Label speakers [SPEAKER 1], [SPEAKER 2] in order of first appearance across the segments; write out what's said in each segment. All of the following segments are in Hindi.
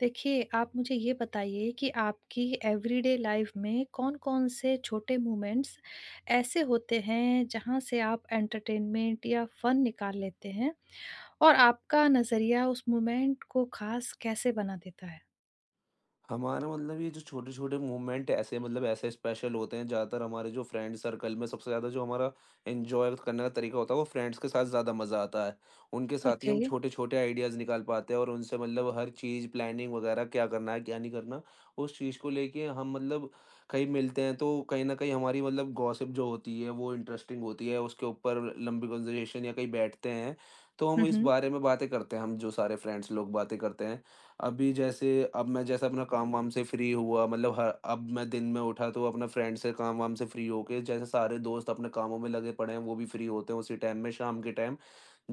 [SPEAKER 1] देखिए, आप मुझे ये बताइए कि आपकी एवरीडे लाइफ में कौन-कौन से छोटे मोमेंट्स ऐसे होते हैं, जहाँ से आप एंटरटेनमेंट या फन निकाल लेते हैं? और आपका नज़रिया उस मोमेंट को ख़ास कैसे बना देता है?
[SPEAKER 2] हमारा मतलब ये जो छोटे-छोटे मूवमेंट ऐसे मतलब ऐसे स्पेशल होते हैं, ज़्यादातर हमारे जो फ्रेंड सर्कल में सबसे ज़्यादा जो हमारा एन्जॉय करने का तरीका होता है, वो फ्रेंड्स के साथ ज़्यादा मज़ा आता है। उनके साथ ही
[SPEAKER 1] ओके।
[SPEAKER 2] हम छोटे-छोटे आइडियाज़ निकाल पाते हैं और उनसे मतलब हर चीज़ प्लानिंग वगैरह क्या करना है, क्या नहीं करना, उस चीज़ को लेके हम मतलब कहीं मिलते हैं तो कहीं न कहीं हमारी मतलब गॉसिप जो होती है, वो इंटरेस्टिंग होती है, उसके ऊपर लंबी कन्वर्सेशन या कहीं बैठते हैं, तो हम
[SPEAKER 1] हुँ,
[SPEAKER 2] इस
[SPEAKER 1] हुँ।
[SPEAKER 2] बारे में बातें करते हैं, हम जो सारे फ्रेंड्स लोग बातें करते हैं। अभी जैसे अब मैं जैसे अपना काम वाम से फ्री हुआ मतलब हर अब मैं दिन में उठा तो अपना फ्रेंड से काम वाम से फ्री होके, जैसे सारे दोस्त अपने कामों में लगे पड़े हैं, वो भी फ्री होते हैं उसी टाइम में, शाम के टाइम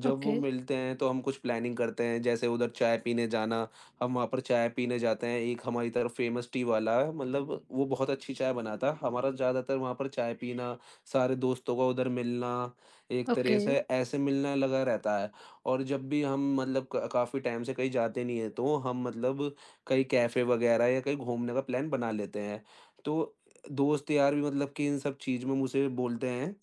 [SPEAKER 2] जब वो
[SPEAKER 1] ओके,
[SPEAKER 2] मिलते हैं तो हम कुछ प्लानिंग करते हैं, जैसे उधर चाय पीने जाना, हम वहाँ पर चाय पीने जाते हैं। एक हमारी तरफ फेमस टी वाला है, मतलब वो बहुत अच्छी चाय बनाता है, हमारा ज़्यादातर वहाँ पर चाय पीना, सारे दोस्तों का उधर मिलना, एक तरह
[SPEAKER 1] ओके।
[SPEAKER 2] से ऐसे मिलना लगा रहता है। और जब भी हम मतलब क काफ़ी टाइम से कहीं जाते नहीं हैं, तो हम मतलब कहीं कैफ़े वग़ैरह या कहीं घूमने का प्लान बना लेते हैं। तो दोस्त यार भी मतलब कि इन सब चीज़ में मुझसे बोलते हैं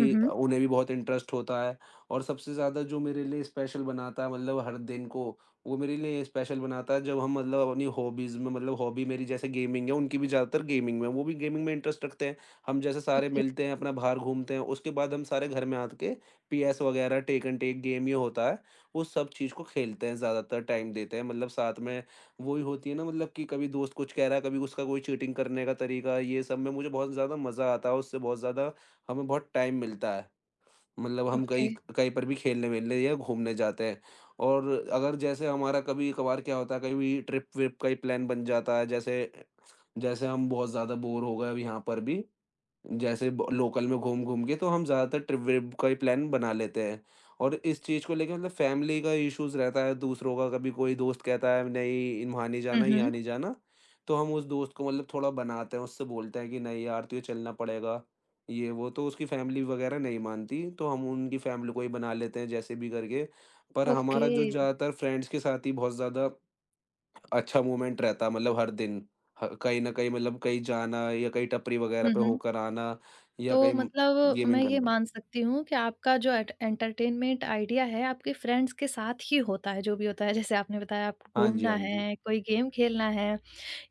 [SPEAKER 1] हुँ, हुँ।
[SPEAKER 2] उन्हें भी बहुत इंटरेस्ट होता है। और सबसे ज़्यादा जो मेरे लिए स्पेशल बनाता है मतलब हर दिन को, वो मेरे लिए स्पेशल बनाता है जब हम मतलब अपनी हॉबीज़ में मतलब हॉबी मेरी जैसे गेमिंग है, उनकी भी ज़्यादातर गेमिंग में है, वो भी गेमिंग में इंटरेस्ट रखते हैं। हम जैसे सारे
[SPEAKER 1] ओके,
[SPEAKER 2] मिलते हैं, अपना बाहर घूमते हैं, उसके बाद हम सारे घर में आके पीएस वगैरह, टेक एंड टेक गेम ये होता है, वो सब चीज़ को खेलते हैं, ज़्यादातर टाइम देते हैं। मतलब साथ में वो ही होती है ना, मतलब कि कभी दोस्त कुछ कह रहा है, कभी उसका कोई चीटिंग करने का तरीका, ये सब में मुझे बहुत ज़्यादा मज़ा आता है, उससे बहुत ज़्यादा हमें बहुत टाइम मिलता है। मतलब हम
[SPEAKER 1] ओके।
[SPEAKER 2] कहीं कहीं पर भी खेलने-वेलने या घूमने जाते हैं। और अगर जैसे हमारा कभी-कभार क्या होता है, कभी ट्रिप-विप का ही प्लान बन जाता है। जैसे जैसे हम बहुत ज़्यादा बोर हो गए अब यहाँ पर भी, जैसे ब लोकल में घूम-घूम के, तो हम ज़्यादातर ट्रिप-व्रिप का ही प्लान बना लेते हैं। और इस चीज़ को लेके मतलब फैमिली का इश्यूज़ रहता है, दूसरों का, कभी कोई दोस्त कहता है नहीं, वहाँ नहीं
[SPEAKER 1] हुँ,
[SPEAKER 2] जाना, यहाँ
[SPEAKER 1] हुँ।
[SPEAKER 2] नहीं जाना, तो हम उस दोस्त को मतलब थोड़ा बनाते हैं, उससे बोलते हैं कि नहीं यार, तुझे चलना पड़ेगा, ये वो। तो उसकी फैमिली वगैरह नहीं मानती, तो हम उनकी फैमिली को ही बना लेते हैं जैसे भी करके। पर
[SPEAKER 1] ओके।
[SPEAKER 2] हमारा जो हुँ। ज़्यादातर फ्रेंड्स के साथ ही बहुत ज़्यादा अच्छा मूवमेंट रहता, मतलब हर दिन। ह कहीं न कहीं मतलब कहीं जाना या कहीं टपरी वग़ैरह
[SPEAKER 1] हुँ,
[SPEAKER 2] पे
[SPEAKER 1] हुँ।
[SPEAKER 2] होकर आना या
[SPEAKER 1] तो
[SPEAKER 2] कहीं
[SPEAKER 1] मतलब मैं
[SPEAKER 2] गेमिंग
[SPEAKER 1] ये
[SPEAKER 2] करना।
[SPEAKER 1] मान सकती हूँ कि आपका जो एट एंटरटेनमेंट आइडिया है, आपके फ्रेंड्स के साथ ही होता है, जो भी होता है। जैसे आपने बताया आपको
[SPEAKER 2] हाँ जी,
[SPEAKER 1] घूमना
[SPEAKER 2] हाँ जी।
[SPEAKER 1] है, कोई गेम खेलना है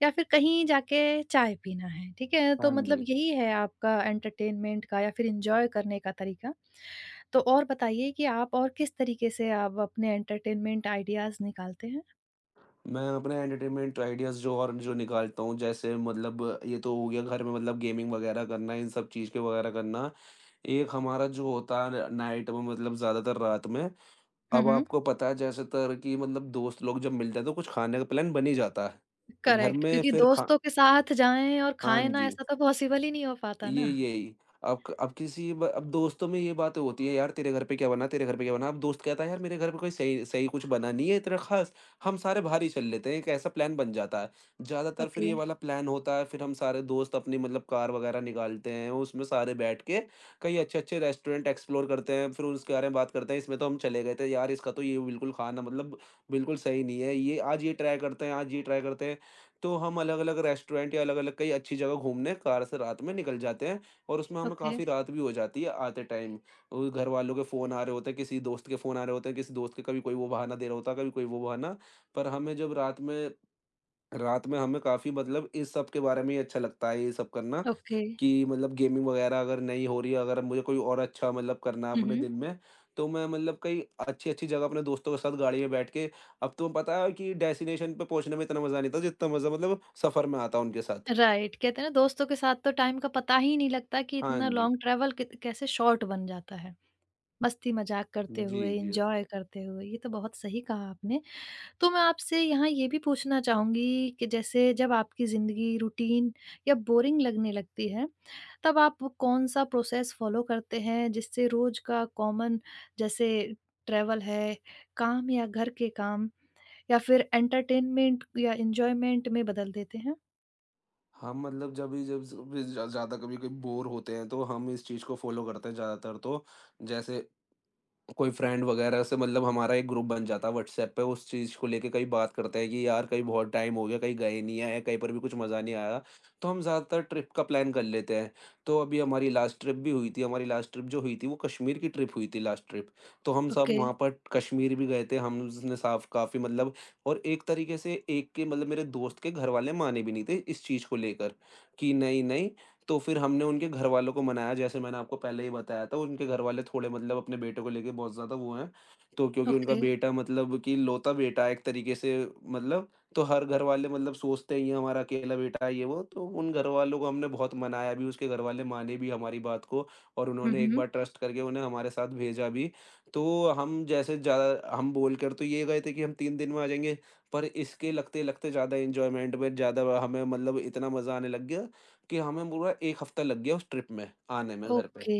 [SPEAKER 1] या फिर कहीं जाके चाय पीना है, ठीक है? तो
[SPEAKER 2] हाँ
[SPEAKER 1] मतलब
[SPEAKER 2] जी।
[SPEAKER 1] यही है आपका एंटरटेनमेंट का या फिर एन्जॉय करने का तरीका। तो और बताइए कि आप और किस तरीके से आप अपने एंटरटेनमेंट आइडियाज़ निकालते हैं?
[SPEAKER 2] मैं अपने एंटरटेनमेंट आइडियाज़ जो और जो निकालता हूँ, जैसे मतलब ये तो हो गया घर में, मतलब गेमिंग वग़ैरह करना, इन सब चीज़ के वग़ैरह करना। एक हमारा जो होता है नाइट में, मतलब ज़्यादातर रात में,
[SPEAKER 1] हुँ,
[SPEAKER 2] अब
[SPEAKER 1] हुँ।
[SPEAKER 2] आपको पता है ज़्यादातर कि मतलब दोस्त लोग जब मिलते हैं तो कुछ खाने का प्लान बन ही जाता है। घर
[SPEAKER 1] करेक्ट
[SPEAKER 2] में
[SPEAKER 1] क्योंकि
[SPEAKER 2] फिर खा
[SPEAKER 1] दोस्तों के साथ जाएँ और
[SPEAKER 2] हाँ
[SPEAKER 1] खाएँ ना,
[SPEAKER 2] जी।
[SPEAKER 1] ऐसा तो पॉसिबल ही नहीं हो पाता
[SPEAKER 2] ये
[SPEAKER 1] ना।
[SPEAKER 2] यही। अब क अब किसी ब अब दोस्तों में ये बातें होती है, "यार तेरे घर पे क्या बना? तेरे घर पे क्या बना?" अब दोस्त कहता है, "यार मेरे घर पे कोई सही सही कुछ बना नहीं है इतना ख़ास, हम सारे बाहर ही चल लेते हैं।" एक ऐसा प्लान बन जाता है। ज़्यादातर फिर
[SPEAKER 1] ओके,
[SPEAKER 2] ये वाला प्लान होता है, फिर हम सारे दोस्त अपनी मतलब कार वग़ैरह निकालते हैं, उसमें सारे बैठ के कई अच्छे-अच्छे रेस्टोरेंट एक्सप्लोर करते हैं, फिर उसके बारे में बात करते हैं, "इसमें तो हम चले गए थे, यार इसका तो ये बिल्कुल खाना मतलब बिल्कुल सही नहीं है, ये आज ये ट्राई करते हैं, आज ये ट्राई करते हैं।" तो हम अलग-अलग रेस्टोरेंट या अलग-अलग कई अच्छी जगह घूमने कार से रात में निकल जाते हैं, और उसमें हमें
[SPEAKER 1] ओके,
[SPEAKER 2] काफ़ी रात भी हो जाती है आते टाइम। वो घर वालों के फ़ोन आ रहे होते हैं, किसी दोस्त के फ़ोन आ रहे होते हैं, किसी दोस्त के कभी कोई वो बहाना दे रहा होता है, कभी कोई वो बहाना। पर हमें जब रात में, रात में हमें काफ़ी मतलब इस सब के बारे में ही अच्छा लगता है ये सब करना।
[SPEAKER 1] ओके।
[SPEAKER 2] कि मतलब गेमिंग वगैरह अगर नहीं हो रही है, अगर मुझे कोई और अच्छा मतलब करना है
[SPEAKER 1] हुँ,
[SPEAKER 2] अपने
[SPEAKER 1] हुँ।
[SPEAKER 2] दिन में, तो मैं मतलब कहीं अच्छी-अच्छी जगह अपने दोस्तों के साथ गाड़ी में बैठ के, अब तो पता है कि डेस्टिनेशन पे पहुँचने में इतना मज़ा नहीं आता जितना मज़ा मतलब सफ़र में आता उनके साथ।
[SPEAKER 1] राइट, कहते हैं ना दोस्तों के साथ तो टाइम का पता ही नहीं लगता कि
[SPEAKER 2] हाँ
[SPEAKER 1] इतना
[SPEAKER 2] जी।
[SPEAKER 1] लॉन्ग ट्रैवल कित कैसे शॉर्ट बन जाता है। मस्ती मज़ाक करते
[SPEAKER 2] जी,
[SPEAKER 1] हुए,
[SPEAKER 2] जी।
[SPEAKER 1] एन्जॉय करते हुए, ये तो बहुत सही कहा आपने। तो मैं आपसे यहाँ ये भी पूछना चाहूँगी कि जैसे जब आपकी ज़िंदगी रूटीन या बोरिंग लगने लगती है, तब आप कौन-सा प्रोसेस फ़ॉलो करते हैं जिससे रोज़ का कॉमन जैसे ट्रैवल है, काम या घर के काम या फिर एंटरटेनमेंट या एन्जॉयमेंट में बदल देते हैं?
[SPEAKER 2] हम मतलब जब भी जब ज़ ज़्यादा कभी-कभी बोर होते हैं, तो हम इस चीज़ को फ़ॉलो करते हैं ज़्यादातर तो, जैसे कोई फ्रेंड वगैरह से मतलब हमारा एक ग्रुप बन जाता है व्हाट्सएप पे, उस चीज़ को लेके कहीं बात करते हैं कि यार कहीं बहुत टाइम हो गया, कहीं गए नहीं है, कहीं पर भी कुछ मज़ा नहीं आया, तो हम ज़्यादातर ट्रिप का प्लान कर लेते हैं। तो अभी हमारी लास्ट ट्रिप भी हुई थी, हमारी लास्ट ट्रिप जो हुई थी, वो कश्मीर की ट्रिप हुई थी लास्ट ट्रिप। तो हम सब
[SPEAKER 1] ओके,
[SPEAKER 2] वहाँ पर कश्मीर भी गए थे, हमने साफ काफ़ी मतलब, और एक तरीके से एक के मतलब मेरे दोस्त के घर वाले माने भी नहीं थे इस चीज़ को लेकर कि नहीं नहीं। तो फिर हमने उनके घर वालों को मनाया, जैसे मैंने आपको पहले ही बताया था, उनके घर वाले थोड़े मतलब अपने बेटे को लेके बहुत ज़्यादा वो हैं। तो क्योंकि उनका
[SPEAKER 1] ओके।
[SPEAKER 2] बेटा मतलब कि इकलौता बेटा है एक तरीके से, मतलब, तो हर घर वाले मतलब सोचते ही हैं हमारा अकेला बेटा है ये वो, तो उन घर वालों को हमने बहुत मनाया भी, उसके घर वाले माने भी हमारी बात को, और
[SPEAKER 1] हुँ,
[SPEAKER 2] उन्होंने एक
[SPEAKER 1] हुँ।
[SPEAKER 2] बार ट्रस्ट करके उन्हें हमारे साथ भेजा भी। तो हम जैसे ज़्यादा हम बोलकर तो ये गए थे कि हम 3 दिन में आ जाएँगे, पर इसके लगते-लगते ज़्यादा एन्जॉयमेंट में ज़्यादा हमें मतलब इतना मज़ा आने लग गया कि हमें पूरा 1 हफ्ता लग गया उस ट्रिप में, आने में घर पे।
[SPEAKER 1] ओके,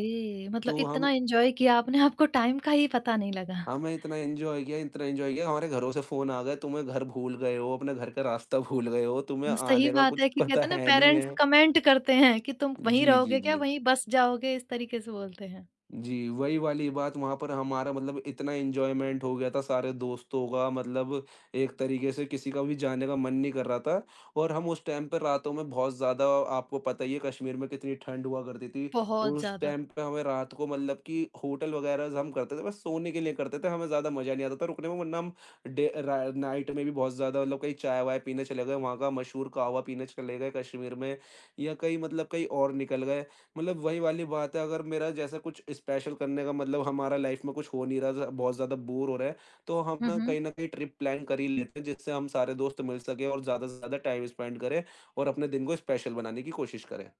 [SPEAKER 1] मतलब
[SPEAKER 2] तो
[SPEAKER 1] इतना
[SPEAKER 2] हम
[SPEAKER 1] एन्जॉय किया आपने आपको टाइम का ही पता नहीं लगा।
[SPEAKER 2] हमें इतना एन्जॉय किया, हमारे घरों से फ़ोन आ गए, "तुम्हें घर भूल गए हो, अपने घर का रास्ता भूल गए हो, तुम्हें
[SPEAKER 1] तो सही
[SPEAKER 2] आने का
[SPEAKER 1] बात
[SPEAKER 2] कुछ
[SPEAKER 1] है कि
[SPEAKER 2] पता
[SPEAKER 1] कहते हैं ना
[SPEAKER 2] है नहीं
[SPEAKER 1] पेरेंट्स
[SPEAKER 2] है।"
[SPEAKER 1] कमेंट करते हैं कि तुम वहीं
[SPEAKER 2] जी, जी,
[SPEAKER 1] रहोगे
[SPEAKER 2] जी।
[SPEAKER 1] क्या? वहीं बस जाओगे? इस तरीके से बोलते हैं।
[SPEAKER 2] जी, वही वाली बात, वहाँ पर हमारा मतलब इतना एन्जॉयमेंट हो गया था सारे दोस्तों का, मतलब एक तरीके से किसी का भी जाने का मन नहीं कर रहा था। और हम उस टाइम पे रातों में बहुत ज़्यादा, आपको पता ही है कश्मीर में कितनी ठंड हुआ करती थी।
[SPEAKER 1] बहुत
[SPEAKER 2] उस
[SPEAKER 1] ज़्यादा।
[SPEAKER 2] टाइम पे हमें रात को मतलब कि होटल वगैरह हम करते थे बस सोने के लिए करते थे, हमें ज़्यादा मज़ा नहीं आता था रुकने में, वरना हम डे रा नाइट में भी बहुत ज़्यादा मतलब कहीं चाय-वाय पीने चले गए, वहाँ का मशहूर कहवा पीने चले गए कश्मीर में, या कहीं मतलब कहीं और निकल गए। मतलब वही वाली बात है, अगर मेरा जैसा कुछ स्पेशल करने का मतलब हमारा लाइफ में कुछ हो नहीं रहा, बहुत ज़्यादा बोर हो रहा है, तो हम
[SPEAKER 1] हुँ, हुँ।
[SPEAKER 2] ना कहीं ट्रिप प्लान कर ही लेते हैं, जिससे हम सारे दोस्त मिल सके और ज़्यादा से ज़्यादा टाइम स्पेंड करें और अपने दिन को स्पेशल बनाने की कोशिश करें।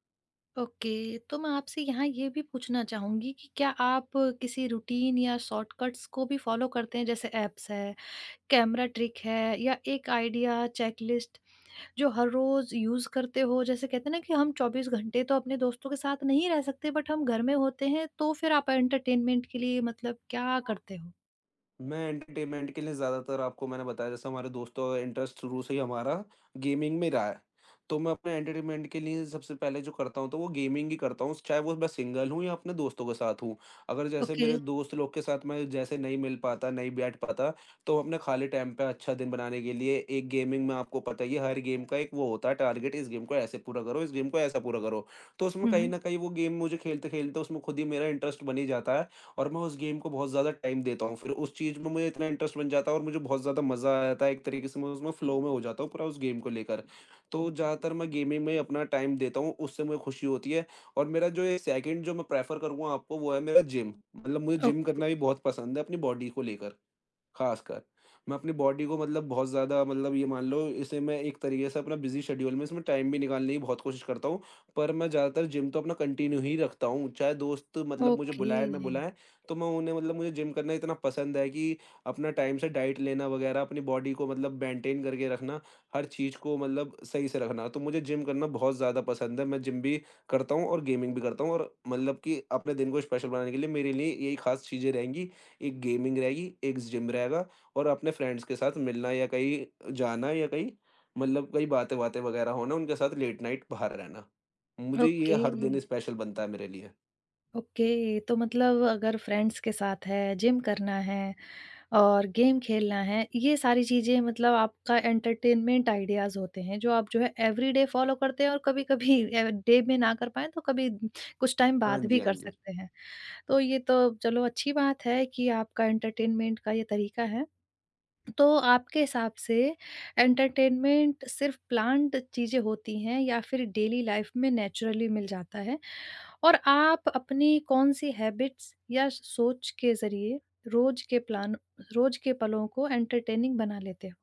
[SPEAKER 1] ओके, तो मैं आपसे यहाँ ये भी पूछना चाहूँगी कि क्या आप किसी रूटीन या शॉर्टकट्स को भी फ़ॉलो करते हैं? जैसे ऐप्स है, कैमरा ट्रिक है या एक आइडिया चेकलिस्ट? जो हर रोज़ यूज़ करते हो, जैसे कहते हैं ना कि हम 24 घंटे तो अपने दोस्तों के साथ नहीं रह सकते, बट हम घर में होते हैं, तो फिर आप एंटरटेनमेंट के लिए मतलब क्या करते हो?
[SPEAKER 2] मैं एंटरटेनमेंट के लिए ज़्यादातर, आपको मैंने बताया जैसे, हमारे दोस्तों का इंटरेस्ट शुरू से ही हमारा गेमिंग में रहा है। तो मैं अपने एंटरटेनमेंट के लिए सबसे पहले जो करता हूँ तो वो गेमिंग ही करता हूँ, चाहे वो मैं सिंगल हूँ या अपने दोस्तों के साथ हूँ। अगर जैसे
[SPEAKER 1] ओके।
[SPEAKER 2] मेरे दोस्त लोग के साथ मैं जैसे नहीं मिल पाता, नहीं बैठ पाता, तो अपने खाली टाइम पे अच्छा दिन बनाने के लिए एक गेमिंग में आपको पता ही है, हर गेम का एक वो होता है टारगेट, इस गेम को ऐसे पूरा करो, इस गेम को ऐसा पूरा करो। तो उसमें
[SPEAKER 1] हुँ,
[SPEAKER 2] कहीं
[SPEAKER 1] हुँ।
[SPEAKER 2] न कहीं वो गेम मुझे खेलते-खेलते उसमें खुद ही मेरा इंटरेस्ट बन ही जाता है। और मैं उस गेम को बहुत ज़्यादा टाइम देता हूँ। फिर उस चीज़ में मुझे इतना इंटरेस्ट बन जाता है और मुझे बहुत ज़्यादा मज़ा आ जाता है। एक तरीके से मैं उसमें फ़्लो में हो जाता हूँ पूरा उस गेम को लेकर। तो ज़्यादातर मैं गेमिंग में अपना टाइम देता हूँ, उससे मुझे खुशी होती है। और मेरा जो ये सेकंड जो मैं प्रेफ़र करूँगा आपको वो है मेरा जिम। मतलब मुझे
[SPEAKER 1] ओ
[SPEAKER 2] जिम करना भी बहुत पसंद है अपनी बॉडी को लेकर। खासकर, मैं अपनी बॉडी को मतलब बहुत ज़्यादा मतलब ये मान लो इसे मैं एक तरीके से अपना बिज़ी शेड्यूल में इसमें टाइम भी निकालने की बहुत कोशिश करता हूँ, पर मैं ज़्यादातर जिम तो अपना कंटिन्यू ही रखता हूँ, चाहे दोस्त मतलब मुझे
[SPEAKER 1] ओके,
[SPEAKER 2] बुलाए ना बुलाएँ, तो मैं उन्हें मतलब मुझे जिम करना इतना पसंद है कि अपना टाइम से डाइट लेना वग़ैरह, अपनी बॉडी को मतलब मेंटेन करके रखना, हर चीज़ को मतलब सही से रखना, तो मुझे जिम करना बहुत ज़्यादा पसंद है, मैं जिम भी करता हूँ और गेमिंग भी करता हूँ और मतलब कि अपने दिन को स्पेशल बनाने के लिए मेरे लिए यही खास चीज़ें रहेंगी। एक गेमिंग रहेगी, एक जिम रहेगा और अपने फ्रेंड्स के साथ मिलना या कहीं जाना या कहीं मतलब कहीं बातें-वातें वगैरह होना, उनके साथ लेट नाइट बाहर रहना। मुझे ये
[SPEAKER 1] ओके,
[SPEAKER 2] हर दिन स्पेशल बनता है मेरे लिए।
[SPEAKER 1] ओके। तो मतलब अगर फ्रेंड्स के साथ है, जिम करना है और गेम खेलना है, ये सारी चीज़ें मतलब आपका एंटरटेनमेंट आइडियाज़ होते हैं, जो आप जो है एवरीडे फॉलो करते हैं और कभी-कभी डे में ना कर पाएँ, तो कभी कुछ टाइम
[SPEAKER 2] हाँ
[SPEAKER 1] बाद
[SPEAKER 2] जी,
[SPEAKER 1] भी
[SPEAKER 2] हाँ
[SPEAKER 1] कर
[SPEAKER 2] जी।
[SPEAKER 1] सकते हैं। तो ये तो चलो अच्छी बात है कि आपका एंटरटेनमेंट का ये तरीका है। तो आपके हिसाब से एंटरटेनमेंट सिर्फ़ प्लान्ड चीज़ें होती हैं या फिर डेली लाइफ़ में नेचुरली मिल जाता है? और आप अपनी कौन-सी हैबिट्स या सोच के ज़रिए रोज़ के प्लान रोज़ के पलों को एंटरटेनिंग बना लेते हो?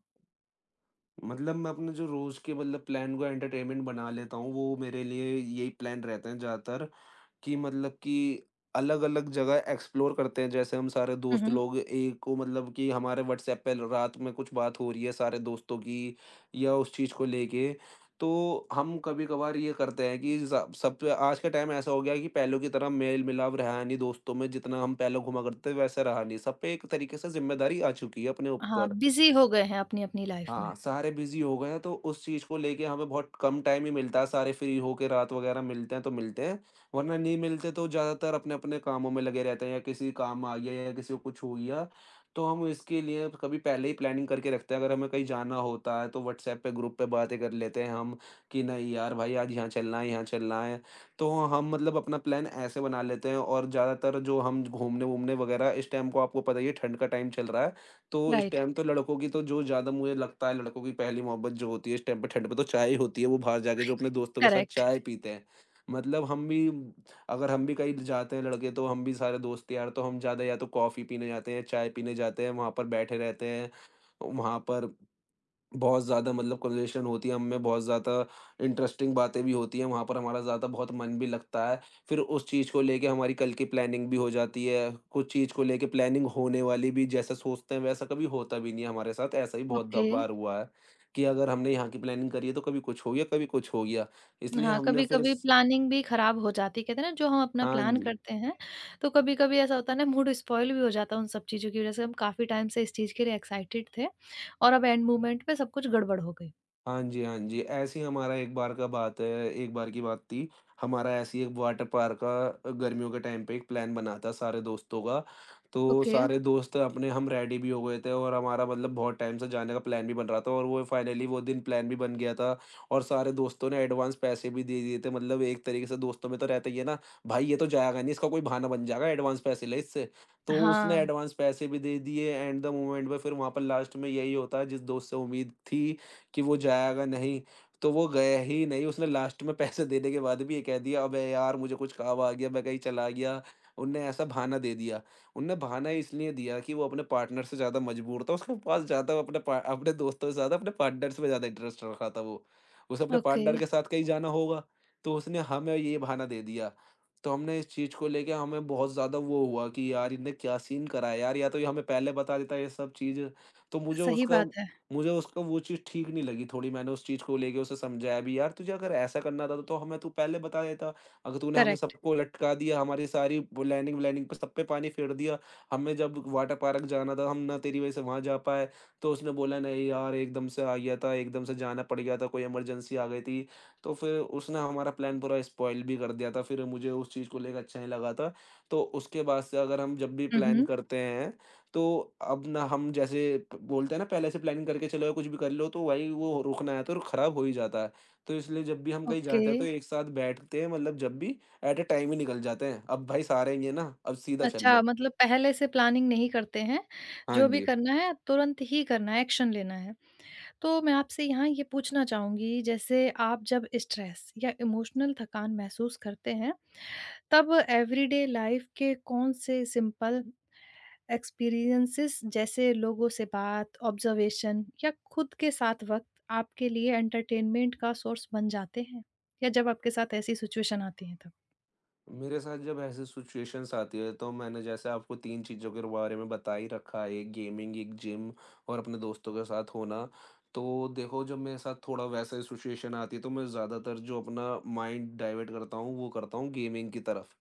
[SPEAKER 2] मतलब मैं अपने जो रोज़ के मतलब प्लान को एंटरटेनमेंट बना लेता हूँ, वो मेरे लिए यही प्लान रहते हैं ज़्यादातर कि मतलब कि अलग-अलग जगह एक्सप्लोर करते हैं। जैसे हम सारे
[SPEAKER 1] हुँ,
[SPEAKER 2] दोस्त
[SPEAKER 1] हुँ।
[SPEAKER 2] लोग एक को मतलब कि हमारे व्हाट्सएप पे रात में कुछ बात हो रही है सारे दोस्तों की या उस चीज़ को लेके, तो हम कभी-कभार ये करते हैं कि ज़ा सब आज के टाइम ऐसा हो गया है कि पहले की तरह मेल-मिलाप रहा नहीं दोस्तों में, जितना हम पहले घुमा करते थे वैसा रहा नहीं। सब पे एक तरीके से ज़िम्मेदारी आ चुकी है अपने
[SPEAKER 1] हाँ,
[SPEAKER 2] ऊपर।
[SPEAKER 1] बिज़ी हो गए हैं अपनी-अपनी लाइफ़
[SPEAKER 2] हाँ,
[SPEAKER 1] में।
[SPEAKER 2] सारे बिज़ी हो गए हैं तो उस चीज़ को लेके हमें बहुत कम टाइम ही मिलता है, सारे फ्री होके रात वग़ैरह मिलते हैं तो मिलते हैं, वरना नहीं मिलते तो ज़्यादातर अपने-अपने कामों में लगे रहते हैं या किसी काम आ गया या किसी को कुछ हो गया। तो हम इसके लिए कभी पहले ही प्लानिंग करके रखते हैं, अगर हमें कहीं जाना होता है तो व्हाट्सएप पे ग्रुप पे बातें कर लेते हैं हम कि नहीं यार भाई आज यहाँ चलना है, यहाँ चलना है। तो हम मतलब अपना प्लान ऐसे बना लेते हैं और ज़्यादातर जो हम घूमने-वूमने वग़ैरह इस टाइम को आपको पता ही है, ठंड का टाइम चल रहा है। तो इस
[SPEAKER 1] राइट,
[SPEAKER 2] टाइम तो लड़कों की तो जो ज़्यादा मुझे लगता है, लड़कों की पहली मोहब्बत जो होती है इस टाइम पे, ठंड पे तो चाय ही होती है, वो बाहर जाके जो अपने दोस्तों के साथ
[SPEAKER 1] करेक्ट,
[SPEAKER 2] चाय पीते हैं। मतलब हम भी, अगर हम भी कहीं जाते हैं लड़के तो हम भी सारे दोस्त यार, तो हम ज़्यादा या तो कॉफ़ी पीने जाते हैं, चाय पीने जाते हैं, वहाँ पर बैठे रहते हैं। वहाँ पर बहुत ज़्यादा मतलब कन्वर्सेशन होती है, हमें बहुत ज़्यादा इंटरेस्टिंग बातें भी होती हैं, वहाँ पर हमारा ज़्यादा बहुत मन भी लगता है। फिर उस चीज़ को लेके हमारी कल की प्लानिंग भी हो जाती है, कुछ चीज़ को लेके प्लानिंग होने वाली भी जैसा सोचते हैं वैसा कभी होता भी नहीं है हमारे साथ, ऐसा ही बहुत द
[SPEAKER 1] ओके।
[SPEAKER 2] बार हुआ है कि अगर हमने यहाँ की प्लानिंग करी है तो कभी कुछ हो गया, कभी कुछ हो गया। इसलिए
[SPEAKER 1] हाँ,
[SPEAKER 2] हमने फिर
[SPEAKER 1] कभी-कभी
[SPEAKER 2] स
[SPEAKER 1] प्लानिंग भी खराब हो जाती है। कहते हैं ना जो हम अपना
[SPEAKER 2] हाँ
[SPEAKER 1] प्लान
[SPEAKER 2] जी।
[SPEAKER 1] करते हैं, तो कभी-कभी ऐसा होता है ना मूड स्पॉइल भी हो जाता है उन सब चीज़ों की वज़ह से। हम काफ़ी टाइम से इस चीज़ के लिए एक्साइटेड थे और अब एंड मोमेंट पे सब कुछ गड़बड़ हो गई।
[SPEAKER 2] हाँ जी, हाँ जी। ऐसे ही हमारा एक बार की बात थी, हमारा ऐसे ही एक वाटर पार्क का गर्मियों के टाइम पे एक प्लान बना था सारे दोस्तों का। तो
[SPEAKER 1] ओके।
[SPEAKER 2] सारे दोस्त अपने हम रेडी भी हो गए थे और हमारा मतलब बहुत टाइम से जाने का प्लान भी बन रहा था और वो फाइनली वो दिन प्लान भी बन गया था और सारे दोस्तों ने एडवांस पैसे भी दे दिए थे। मतलब एक तरीके से दोस्तों में तो रहता ही है ना, भाई ये तो जाएगा नहीं, इसका कोई बहाना बन जाएगा, एडवांस पैसे ले इससे। तो उसने
[SPEAKER 1] हाँ,
[SPEAKER 2] एडवांस पैसे भी दे दिए एट द मोमेंट में, फिर वहाँ पर लास्ट में यही होता है, जिस दोस्त से उम्मीद थी कि वो जाएगा नहीं, तो वो गया ही नहीं। उसने लास्ट में पैसे देने के बाद भी ये कह दिया, "अबे यार! मुझे कुछ काम आ गया, मैं कहीं चला गया।" उनने ऐसा बहाना दे दिया। उनने बहाना इसलिए दिया कि वो अपने पार्टनर से ज़्यादा मजबूर था, उसके पास ज़्यादा अपने दोस्तों से ज़्यादा अपने पार्टनर्स में ज़्यादा इंटरेस्ट रखा था वो। उसे अपने
[SPEAKER 1] ओके।
[SPEAKER 2] पार्टनर के साथ कहीं जाना होगा, तो उसने हमें ये बहाना दे दिया। तो हमने इस चीज़ को लेके हमें बहुत ज़्यादा वो हुआ कि यार इनने क्या सीन करा है यार! या तो ये हमें पहले बता देता ये सब चीज़, तो मुझे
[SPEAKER 1] सही
[SPEAKER 2] उसका
[SPEAKER 1] बात है।
[SPEAKER 2] मुझे उसका वो चीज़ ठीक नहीं लगी थोड़ी, मैंने उस चीज़ को लेके उसे समझाया भी, यार तुझे अगर ऐसा करना था तो हमें तू पहले बता देता। अगर तूने हमें
[SPEAKER 1] करेक्ट।
[SPEAKER 2] सबको लटका दिया, हमारी सारी वो लाइनिंग वाइनिंग पे सब पे पानी फेर दिया, हमें जब वाटर पार्क जाना था, हम ना तेरी वज़ह से वहाँ जा पाए। तो उसने बोला नहीं यार, एकदम से आ गया था, एकदम से जाना पड़ गया था, कोई इमरजेंसी आ गई थी। तो फिर उसने हमारा प्लान पूरा स्पॉइल भी कर दिया था, फिर मुझे उस चीज़ को लेके अच्छा नहीं लगा था। तो उसके बाद से अगर हम जब भी
[SPEAKER 1] हुँ,
[SPEAKER 2] प्लान
[SPEAKER 1] हुँ।
[SPEAKER 2] करते हैं तो अब ना हम जैसे प बोलते हैं ना, पहले से प्लानिंग करके चलो या कुछ भी कर लो तो भाई वो रुकना है तो खराब हो ही जाता है। तो इसलिए जब भी हम कहीं
[SPEAKER 1] ओके।
[SPEAKER 2] जाते हैं तो एक साथ बैठते हैं मतलब जब भी एट अ टाइम ही निकल जाते हैं। अब भाई सारे ही हैं ना, अब सीधा चल
[SPEAKER 1] अच्छा
[SPEAKER 2] लो।
[SPEAKER 1] मतलब पहले से प्लानिंग नहीं करते हैं।
[SPEAKER 2] हाँ
[SPEAKER 1] जो भी
[SPEAKER 2] जी।
[SPEAKER 1] करना है तुरंत ही करना है, एक्शन लेना है। तो मैं आपसे यहाँ ये पूछना चाहूँगी जैसे आप जब स्ट्रेस या इमोशनल थकान महसूस करते हैं तब एवरीडे लाइफ के कौन से सिंपल एक्सपीरियंसेस जैसे लोगों से बात, ऑब्जर्वेशन या खुद के साथ वक्त आपके लिए एंटरटेनमेंट का सोर्स बन जाते हैं? या जब आपके साथ ऐसी सिचुएशन आती है तब?
[SPEAKER 2] मेरे साथ जब ऐसी सिचुएशंस आती है तो मैंने जैसे आपको 3 चीज़ों के बारे में बता ही रखा है, एक गेमिंग, एक जिम और अपने दोस्तों के साथ होना। तो देखो जब मेरे साथ थोड़ा वैसा ही सिचुएशन आती है तो मैं ज़्यादातर जो अपना माइंड डाइवर्ट करता हूँ, वो करता हूँ गेमिंग की तरफ।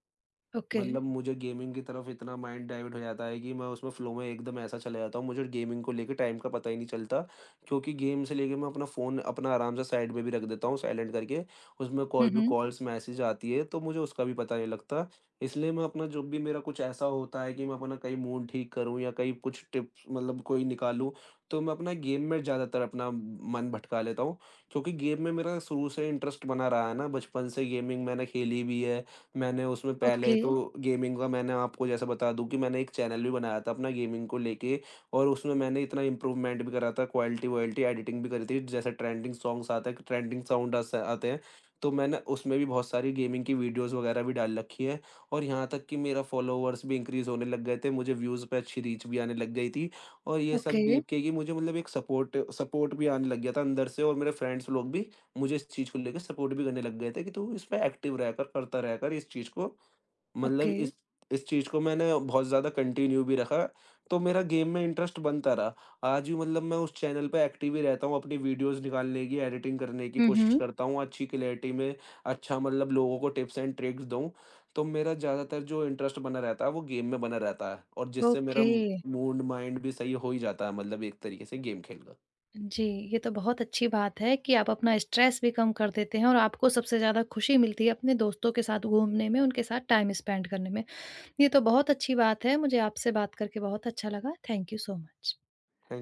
[SPEAKER 1] ओके।
[SPEAKER 2] मतलब मुझे गेमिंग की तरफ इतना माइंड डाइवर्ट हो जाता है कि मैं उसमें फ्लो में एकदम ऐसा चला जाता हूँ, मुझे गेमिंग को लेके टाइम का पता ही नहीं चलता क्योंकि गेम से लेके मैं अपना फ़ोन अपना आराम से साइड में भी रख देता हूँ साइलेंट करके। उसमें
[SPEAKER 1] हुँ,
[SPEAKER 2] कोई भी
[SPEAKER 1] हुँ।
[SPEAKER 2] कॉल्स, मैसेज आती है तो मुझे उसका भी पता नहीं लगता। इसलिए मैं अपना जो भी मेरा कुछ ऐसा होता है कि मैं अपना कहीं मूड ठीक करूँ या कहीं कुछ टिप्स मतलब कोई निकालूँ, तो मैं अपना गेम में ज़्यादातर अपना मन भटका लेता हूँ क्योंकि गेम में मेरा शुरू से इंटरेस्ट बना रहा है ना, बचपन से गेमिंग मैंने खेली भी है। मैंने उसमें पहले
[SPEAKER 1] ओके,
[SPEAKER 2] तो गेमिंग का मैंने आपको जैसे बता दूँ कि मैंने एक चैनल भी बनाया था अपना गेमिंग को लेके और उसमें मैंने इतना इम्प्रूवमेंट भी करा था, क्वालिटी वॉलिटी एडिटिंग भी करी थी। जैसे ट्रेंडिंग सॉन्ग्स आते हैं, ट्रेंडिंग साउंड अस आते हैं, तो मैंने उसमें भी बहुत सारी गेमिंग की वीडियोज़ वगैरह भी डाल रखी है और यहाँ तक कि मेरा फॉलोवर्स भी इंक्रीज़ होने लग गए थे। मुझे व्यूज़ पे अच्छी रीच भी आने लग गई थी और ये सब
[SPEAKER 1] ओके,
[SPEAKER 2] देख के कि मुझे मतलब एक सपोर्ट सपोर्ट भी आने लग गया था अंदर से और मेरे फ्रेंड्स लोग भी मुझे इस चीज़ को लेके सपोर्ट भी करने लग गए थे कि तू इसमें एक्टिव रहकर करता रहकर इस चीज़ को मतलब
[SPEAKER 1] ओके।
[SPEAKER 2] इस चीज़ को मैंने बहुत ज़्यादा कंटिन्यू भी रखा, तो मेरा गेम में इंटरेस्ट बनता रहा। आज भी मतलब मैं उस चैनल पे एक्टिव ही रहता हूँ, अपनी वीडियोज़ निकालने की, एडिटिंग करने की
[SPEAKER 1] हुँ,
[SPEAKER 2] कोशिश
[SPEAKER 1] हुँ।
[SPEAKER 2] करता हूँ, अच्छी क्लैरिटी में अच्छा मतलब लोगों को टिप्स एंड ट्रिक्स दूँ। तो मेरा ज़्यादातर जो इंटरेस्ट बना रहता है वो गेम में बना रहता है और जिससे मेरा
[SPEAKER 1] ओके।
[SPEAKER 2] मूड माइंड भी सही हो ही जाता है, मतलब एक तरीके से गेम खेल कर।
[SPEAKER 1] जी, ये तो बहुत अच्छी बात है कि आप अपना स्ट्रेस भी कम कर देते हैं और आपको सबसे ज़्यादा खुशी मिलती है अपने दोस्तों के साथ घूमने में, उनके साथ टाइम स्पेंड करने में। ये तो बहुत अच्छी बात है। मुझे आपसे बात करके बहुत अच्छा लगा। Thank you so much.
[SPEAKER 2] Thank